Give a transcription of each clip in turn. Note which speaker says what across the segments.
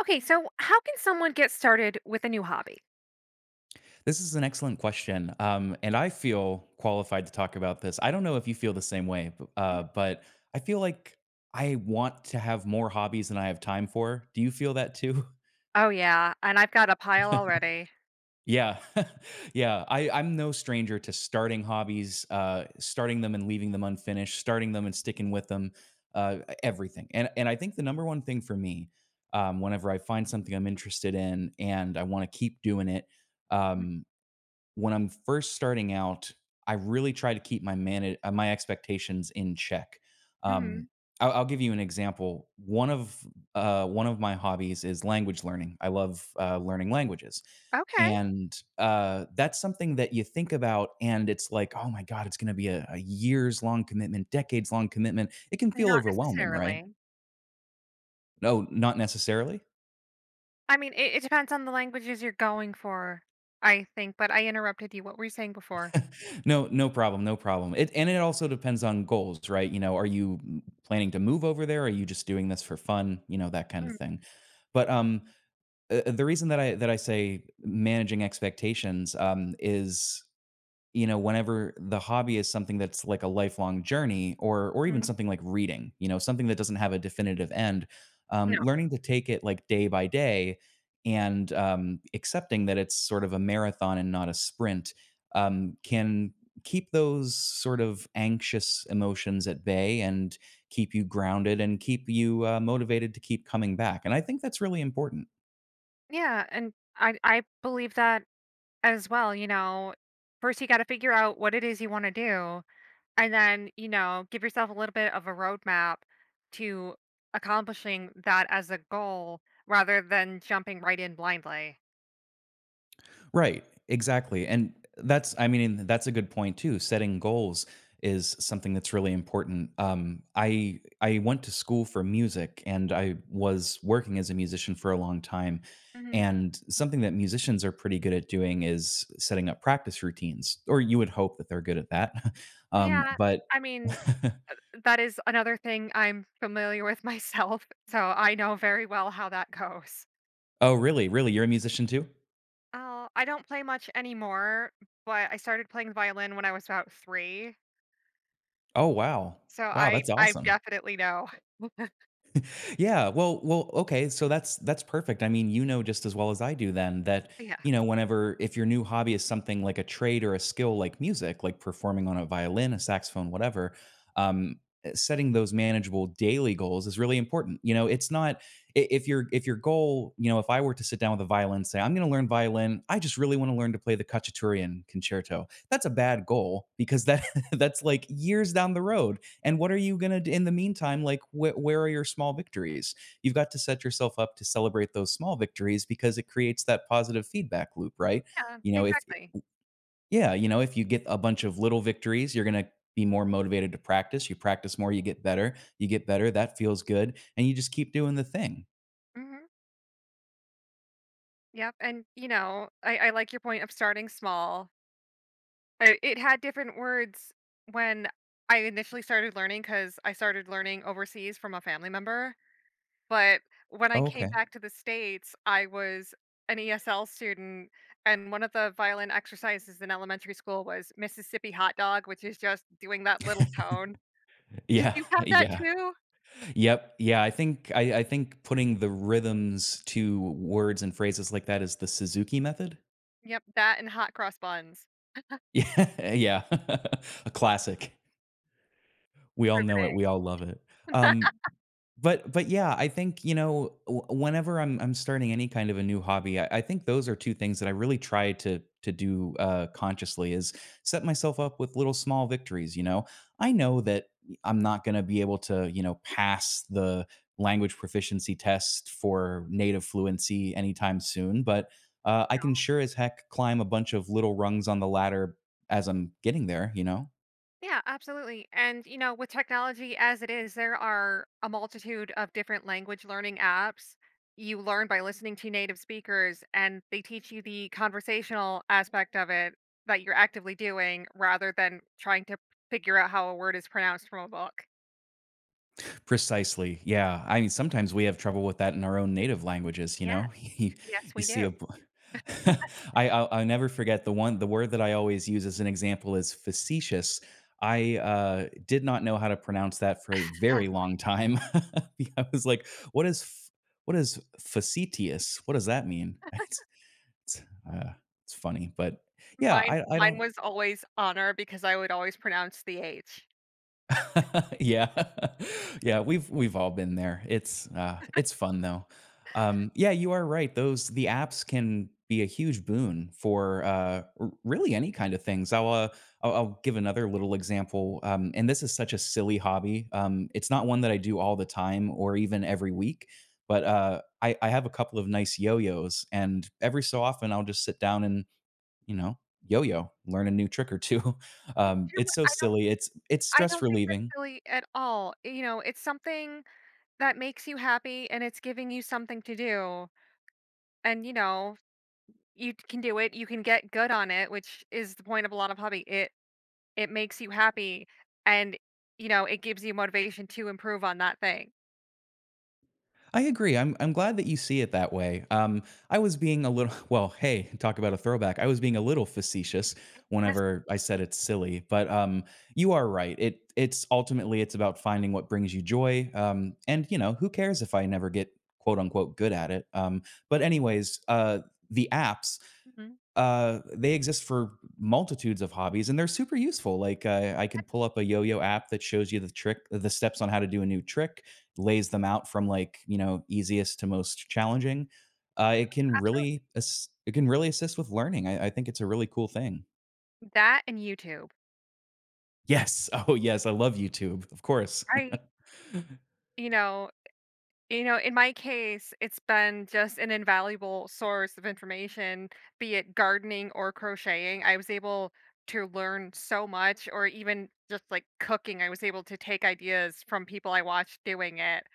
Speaker 1: Okay, so how can someone get started with a new hobby?
Speaker 2: This is an excellent question, and I feel qualified to talk about this. I don't know if you feel the same way,
Speaker 1: Mm.
Speaker 2: but I feel like I want to have more hobbies than I have time for. Do you feel that too?
Speaker 1: Oh yeah, and I've got a pile already.
Speaker 2: Yeah. Yeah. I'm no stranger to starting hobbies, starting them and leaving them unfinished, starting them and sticking with them, everything. And I think the number one thing for me, whenever I find something I'm interested in and I want to keep doing it, um, when I'm first starting out, I really try to keep my expectations in check. Um,
Speaker 1: Mhm.
Speaker 2: I'll give you an example. One of my hobbies is language learning. I love learning languages,
Speaker 1: Okay.
Speaker 2: and that's something that you think about, and it's like, oh my god, it's going to be a years long commitment, decades long commitment. It can feel
Speaker 1: Not
Speaker 2: overwhelming, right?
Speaker 1: necessarily.
Speaker 2: No, not necessarily.
Speaker 1: I mean, it depends on the languages you're going for, I think. But I interrupted you. What were you saying before?
Speaker 2: No, no problem, no problem. It also depends on goals, right? You know, are you planning to move over there? Are you just doing this for fun? You know, that kind of thing. But the reason that I say managing expectations is, you know, whenever the hobby is something that's like a lifelong journey or even
Speaker 1: Mhm.
Speaker 2: something like reading, you know, something that doesn't have a definitive end,
Speaker 1: No.
Speaker 2: learning to take it like day by day and accepting that it's sort of a marathon and not a sprint can keep those sort of anxious emotions at bay and keep you grounded and keep you motivated to keep coming back. And I think that's really important.
Speaker 1: Yeah, and I believe that as well. You know, first you got to figure out what it is you want to do, and then, you know, give yourself a little bit of a roadmap to accomplishing that as a goal rather than jumping right in blindly.
Speaker 2: Right, exactly. And that's I mean, that's a good point too. Setting goals is something that's really important. I went to school for music and I was working as a musician for a long time.
Speaker 1: Hmm.
Speaker 2: And something that musicians are pretty good at doing is setting up practice routines, or you would hope that they're good at that.
Speaker 1: Yeah.
Speaker 2: But
Speaker 1: I mean, that is another thing I'm familiar with myself. So I know very well how that goes.
Speaker 2: oh, really? Really? You're a musician too?
Speaker 1: Oh, I don't play much anymore, but I started playing the violin when I was about three.
Speaker 2: Oh, wow.
Speaker 1: So
Speaker 2: Wow,
Speaker 1: I,
Speaker 2: that's
Speaker 1: I
Speaker 2: awesome.
Speaker 1: definitely know.
Speaker 2: Yeah, well, okay, so that's perfect. I mean, you know just as well as I do then that,
Speaker 1: Yeah.
Speaker 2: you know, whenever if your new hobby is something like a trade or a skill like music, like performing on a violin, a saxophone, whatever, um, setting those manageable daily goals is really important. You know, it's not if your goal, you know, if I were to sit down with a violin, say, I'm going to learn violin, I just really want to learn to play the Cacciatorian concerto. That's a bad goal because that that's like years down the road and what are you going to do in the meantime? Like, where are your small victories? You've got to set yourself up to celebrate those small victories because it creates that positive feedback loop, right?
Speaker 1: Yeah,
Speaker 2: You know, if,
Speaker 1: exactly.
Speaker 2: yeah, you know, if you get a bunch of little victories, you're going to be more motivated to practice. You practice more, you get better, you get better. That feels good. And you just keep doing the thing.
Speaker 1: Hmm. Yep. And, you know, I like your point of starting small. I it had different words when I initially started learning, because I started learning overseas from a family member, but when I
Speaker 2: Oh,
Speaker 1: came
Speaker 2: okay.
Speaker 1: back to the States, I was an ESL student, and one of the violin exercises in elementary school was Mississippi hot dog, which is just doing that little tone. Did
Speaker 2: Yeah,
Speaker 1: you have that
Speaker 2: yeah,
Speaker 1: too?
Speaker 2: yep, yeah. I think putting the rhythms to words and phrases like that is the Suzuki method.
Speaker 1: Yep, that and hot cross buns.
Speaker 2: Yeah, yeah. A classic. We all know it,
Speaker 1: Riveting.
Speaker 2: we all love it. Um, but yeah, I think, you know, w whenever I'm starting any kind of a new hobby, I think those are two things that I really try to do, consciously is set myself up with little small victories, you know? I know that I'm not gonna be able to, you know, pass the language proficiency test for native fluency anytime soon, but, I can sure as heck climb a bunch of little rungs on the ladder as I'm getting there, you know?
Speaker 1: Yeah, absolutely. And, you know, with technology as it is, there are a multitude of different language learning apps. You learn by listening to native speakers, and they teach you the conversational aspect of it that you're actively doing rather than trying to figure out how a word is pronounced from a book.
Speaker 2: Precisely. Yeah. I mean, sometimes we have trouble with that in our own native languages, you
Speaker 1: Yeah,
Speaker 2: know? You,
Speaker 1: yes,
Speaker 2: you
Speaker 1: we
Speaker 2: see
Speaker 1: do.
Speaker 2: I'll never forget the word that I always use as an example is facetious. I did not know how to pronounce that for a very long time. I was like, what is facetious? What does that mean? It's, uh, it's funny, but yeah,
Speaker 1: Mine
Speaker 2: I
Speaker 1: mine
Speaker 2: don't,
Speaker 1: was always honor because I would always pronounce the H.
Speaker 2: Yeah. Yeah, we've all been there. It's fun though. Yeah, you are right. Those the apps can be a huge boon for, r really any kind of things. I'll give another little example, and this is such a silly hobby. It's not one that I do all the time or even every week, but, I have a couple of nice yo-yos, and every so often, I'll just sit down and, you know, yo-yo, learn a new trick or two.
Speaker 1: You know
Speaker 2: It's
Speaker 1: what,
Speaker 2: so
Speaker 1: I don't
Speaker 2: silly. It's
Speaker 1: I
Speaker 2: stress
Speaker 1: don't think that's
Speaker 2: relieving.
Speaker 1: silly at all. You know, it's something that makes you happy and it's giving you something to do, and you know you can do it, you can get good on it, which is the point of a lot of hobby. It makes you happy, and you know it gives you motivation to improve on that thing.
Speaker 2: I agree. I'm glad that you see it that way. I was being a little well, hey, talk about a throwback. I was being a little facetious
Speaker 1: That's—
Speaker 2: whenever I said it's silly, but you are right. It it's ultimately it's about finding what brings you joy. And you know, who cares if I never get quote unquote good at it? But anyways, the apps
Speaker 1: mhm.
Speaker 2: they exist for multitudes of hobbies, and they're super useful. Like, I could pull up a yo-yo app that shows you the steps on how to do a new trick, lays them out from, like, you know, easiest to most challenging. It can
Speaker 1: So
Speaker 2: really ass it can really assist with learning. I think it's a really cool thing.
Speaker 1: that and youtube.
Speaker 2: Yes. Oh, yes, I love YouTube, of course.
Speaker 1: I you know You know, in my case, it's been just an invaluable source of information, be it gardening or crocheting. I was able to learn so much, or even just like cooking, I was able to take ideas from people I watched doing it.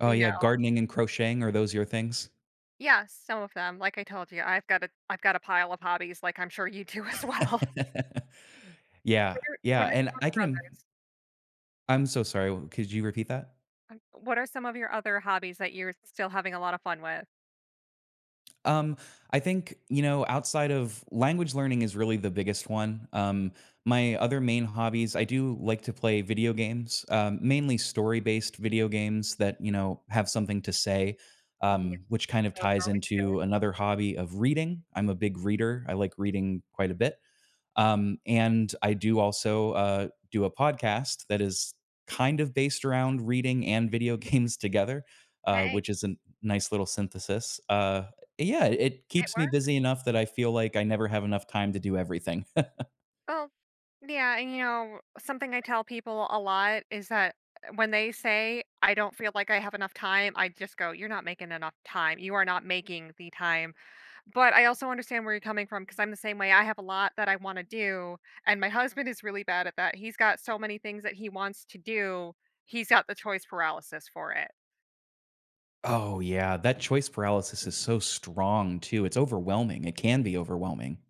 Speaker 2: Oh,
Speaker 1: You know,
Speaker 2: yeah, gardening and crocheting, are those your things?
Speaker 1: yeah, some of them. Like I told you, I've got a pile of hobbies, like I'm sure you do as well. What
Speaker 2: Yeah,
Speaker 1: are,
Speaker 2: yeah,
Speaker 1: what are
Speaker 2: and
Speaker 1: some of
Speaker 2: I
Speaker 1: your
Speaker 2: can
Speaker 1: others?
Speaker 2: I'm so sorry, could you repeat that?
Speaker 1: What are some of your other hobbies that you're still having a lot of fun with?
Speaker 2: Um, I think, you know, outside of language learning is really the biggest one. My other main hobbies, I do like to play video games, mainly story based video games that, you know, have something to say,
Speaker 1: Yes,
Speaker 2: which kind of
Speaker 1: those are
Speaker 2: ties
Speaker 1: always—
Speaker 2: into another hobby of reading. I'm a big reader, I like reading quite a bit. And I do also do a podcast that is kind of based around reading and video games together,
Speaker 1: Hey,
Speaker 2: which is a nice little synthesis. Yeah, it
Speaker 1: it
Speaker 2: keeps me busy enough that I feel like I never have enough time to do everything.
Speaker 1: well, yeah, and you know, something I tell people a lot is that when they say, I don't feel like I have enough time, I just go, you're not making enough time. You are not making the time. But I also understand where you're coming from because I'm the same way. I have a lot that I want to do. And my husband is really bad at that. He's got so many things that he wants to do, he's got the choice paralysis for it.
Speaker 2: Oh, yeah. That choice paralysis is so strong, too. It's overwhelming. It can be overwhelming.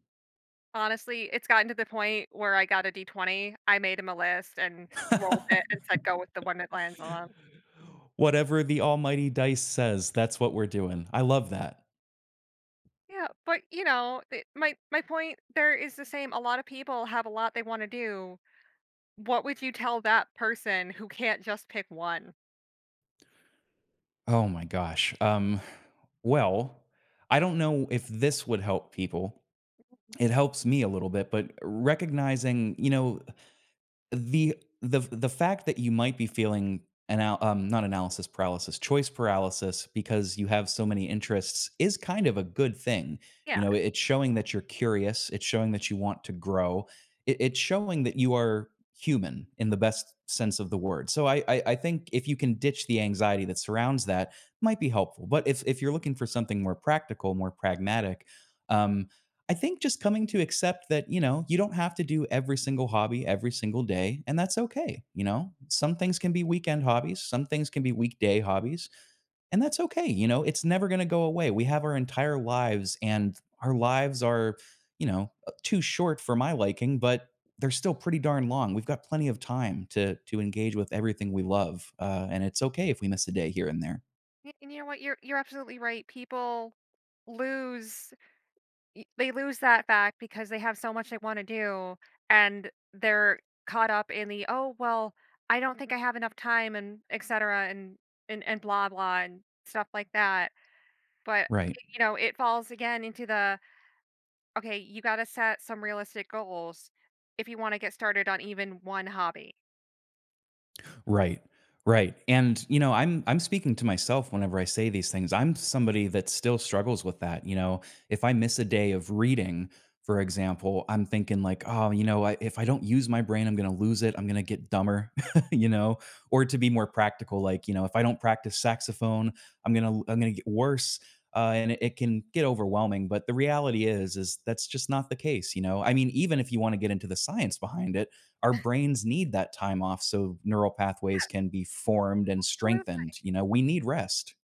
Speaker 1: Honestly, it's gotten to the point where I got a D20. I made him a list and rolled it and said, go with the one it lands on.
Speaker 2: Whatever the almighty dice says, that's what we're doing. I love that.
Speaker 1: Yeah, but you know, my point there is the same. A lot of people have a lot they want to do. What would you tell that person who can't just pick one?
Speaker 2: Oh my gosh. Well, I don't know if this would help people. It helps me a little bit, but recognizing, you know, the the fact that you might be feeling an not analysis paralysis, choice paralysis because you have so many interests is kind of a good thing.
Speaker 1: Yeah,
Speaker 2: You know, it's showing that you're curious, it's showing that you want to grow. It's showing that you are human in the best sense of the word. So I think if you can ditch the anxiety that surrounds that, might be helpful. But if you're looking for something more practical, more pragmatic, um, I think just coming to accept that, you know, you don't have to do every single hobby every single day, and that's okay, you know? Some things can be weekend hobbies, some things can be weekday hobbies, and that's okay, you know? It's never gonna go away. We have our entire lives, and our lives are, you know, too short for my liking, but they're still pretty darn long. We've got plenty of time to engage with everything we love, and it's okay if we miss a day here and there.
Speaker 1: and you know what? You're absolutely right. People lose they lose that fact because they have so much they want to do, and they're caught up in the oh well, I don't think I have enough time and etc. and and blah blah and stuff like that. But
Speaker 2: Right.
Speaker 1: you know, it falls again into the okay, you gotta set some realistic goals if you wanna get started on even one hobby.
Speaker 2: Right. Right. And you know, I'm speaking to myself whenever I say these things. I'm somebody that still struggles with that, you know. If I miss a day of reading, for example, I'm thinking like, "Oh, you know, if I don't use my brain, I'm going to lose it. I'm going to get dumber." You know, or to be more practical like, you know, if I don't practice saxophone, I'm going to get worse. And it can get overwhelming, but the reality is that's just not the case, you know. I mean, even if you want to get into the science behind it, our brains need that time off so neural
Speaker 1: Yeah,
Speaker 2: pathways can be formed and
Speaker 1: so
Speaker 2: strengthened. You know, we need rest.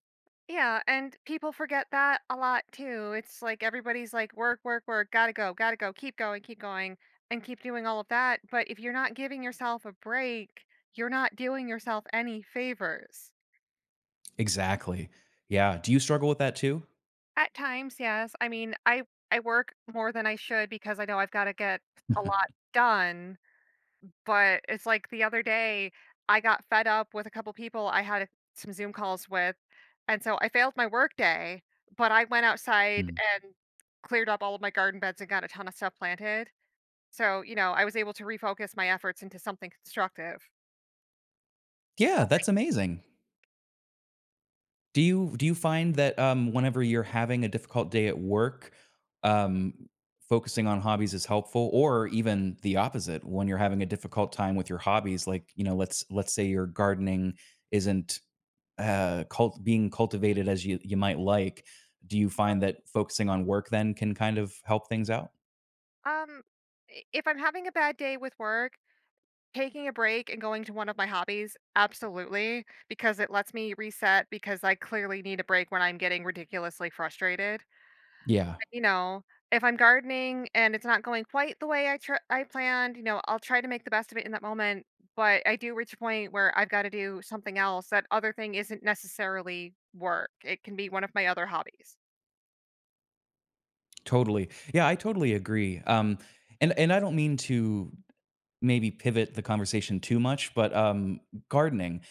Speaker 1: yeah, and people forget that a lot too. It's like everybody's like, "Work, work, work, gotta go, keep going, and keep doing all of that." But if you're not giving yourself a break, you're not doing yourself any favors.
Speaker 2: Exactly. Yeah. Do you struggle with that too?
Speaker 1: At times, yes. I mean, I work more than I should because I know I've gotta get a lot done. But it's like the other day, I got fed up with a couple people I had some Zoom calls with, and so I failed my work day, but I went outside
Speaker 2: Hmm.
Speaker 1: and cleared up all of my garden beds and got a ton of stuff planted. So, you know, I was able to refocus my efforts into something constructive.
Speaker 2: Yeah, that's amazing. Do you find that whenever you're having a difficult day at work, um, focusing on hobbies is helpful, or even the opposite when you're having a difficult time with your hobbies? Like, you know, let's say your gardening isn't cult being cultivated as you might like, do you find that focusing on work then can kind of help things out?
Speaker 1: Um, if I'm having a bad day with work, taking a break and going to one of my hobbies, absolutely, because it lets me reset because I clearly need a break when I'm getting ridiculously frustrated.
Speaker 2: Yeah,
Speaker 1: You know, if I'm gardening and it's not going quite the way I tr I planned, you know, I'll try to make the best of it in that moment, but I do reach a point where I've gotta do something else. That other thing isn't necessarily work. It can be one of my other hobbies.
Speaker 2: totally. Yeah, I totally agree. And I don't mean to maybe pivot the conversation too much, but gardening.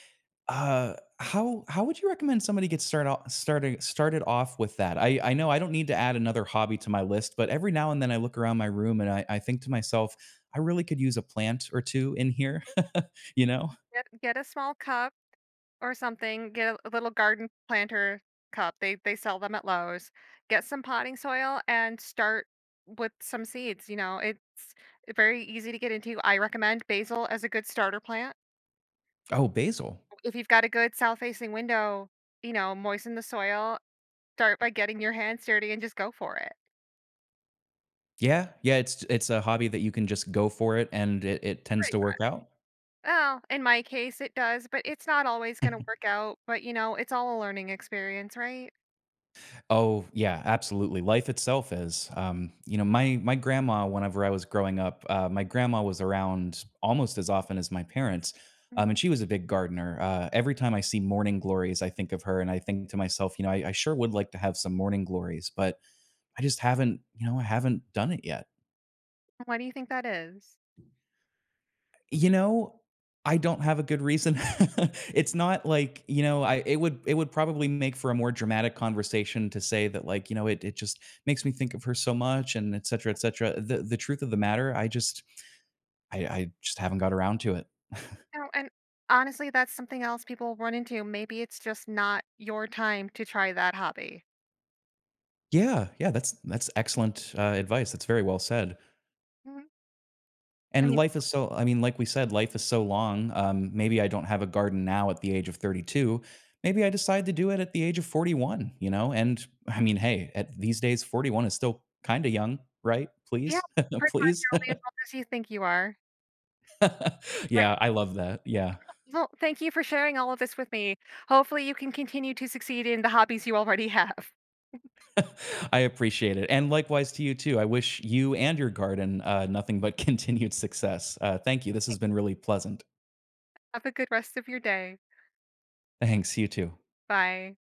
Speaker 2: Uh, how would you recommend somebody get started off with that? I know I don't need to add another hobby to my list, but every now and then I look around my room and I think to myself, I really could use a plant or two in here, you know?
Speaker 1: Get a small cup or something, get a little garden planter cup. They sell them at Lowe's. Get some potting soil and start with some seeds, you know, it's very easy to get into. I recommend basil as a good starter plant.
Speaker 2: Oh, basil.
Speaker 1: If you've got a good south-facing window, you know, moisten the soil, start by getting your hands dirty and just go for it.
Speaker 2: Yeah. Yeah, it's a hobby that you can just go for it and it tends
Speaker 1: Right.
Speaker 2: to work out.
Speaker 1: Well, in my case, it does, but it's not always gonna work out, but, you know, it's all a learning experience, right?
Speaker 2: Oh, yeah, absolutely. Life itself is. You know, my grandma, whenever I was growing up, my grandma was around almost as often as my parents,
Speaker 1: Mm.
Speaker 2: and she was a big gardener. Every time I see morning glories, I think of her, and I think to myself, you know, I sure would like to have some morning glories, but I just haven't, you know, I haven't done it yet.
Speaker 1: Why do you think that is?
Speaker 2: You know, I don't have a good reason. It's not like, you know, I it would probably make for a more dramatic conversation to say that like, you know, it just makes me think of her so much and et cetera, et cetera. The truth of the matter, I just haven't got around to it.
Speaker 1: You know, and honestly, that's something else people run into. Maybe it's just not your time to try that hobby.
Speaker 2: Yeah, yeah, that's excellent, advice. That's very well said.
Speaker 1: Mhm. I
Speaker 2: And
Speaker 1: mean,
Speaker 2: life is so I mean, like we said, life is so long. Maybe I don't have a garden now at the age of 32. Maybe I decide to do it at the age of 41, you know? And I mean, hey, at these days, 41 is still kind of young, right?
Speaker 1: yeah,
Speaker 2: Please,
Speaker 1: pretty much
Speaker 2: please.
Speaker 1: you're only as old as you think you are.
Speaker 2: Yeah, I love that. Yeah.
Speaker 1: Well, thank you for sharing all of this with me. Hopefully, you can continue to succeed in the hobbies you already have.
Speaker 2: I appreciate it. And likewise to you, too. I wish you and your garden nothing but continued success. Thank you. This has been really pleasant.
Speaker 1: Have a good rest of your day.
Speaker 2: Thanks. You too.
Speaker 1: Bye.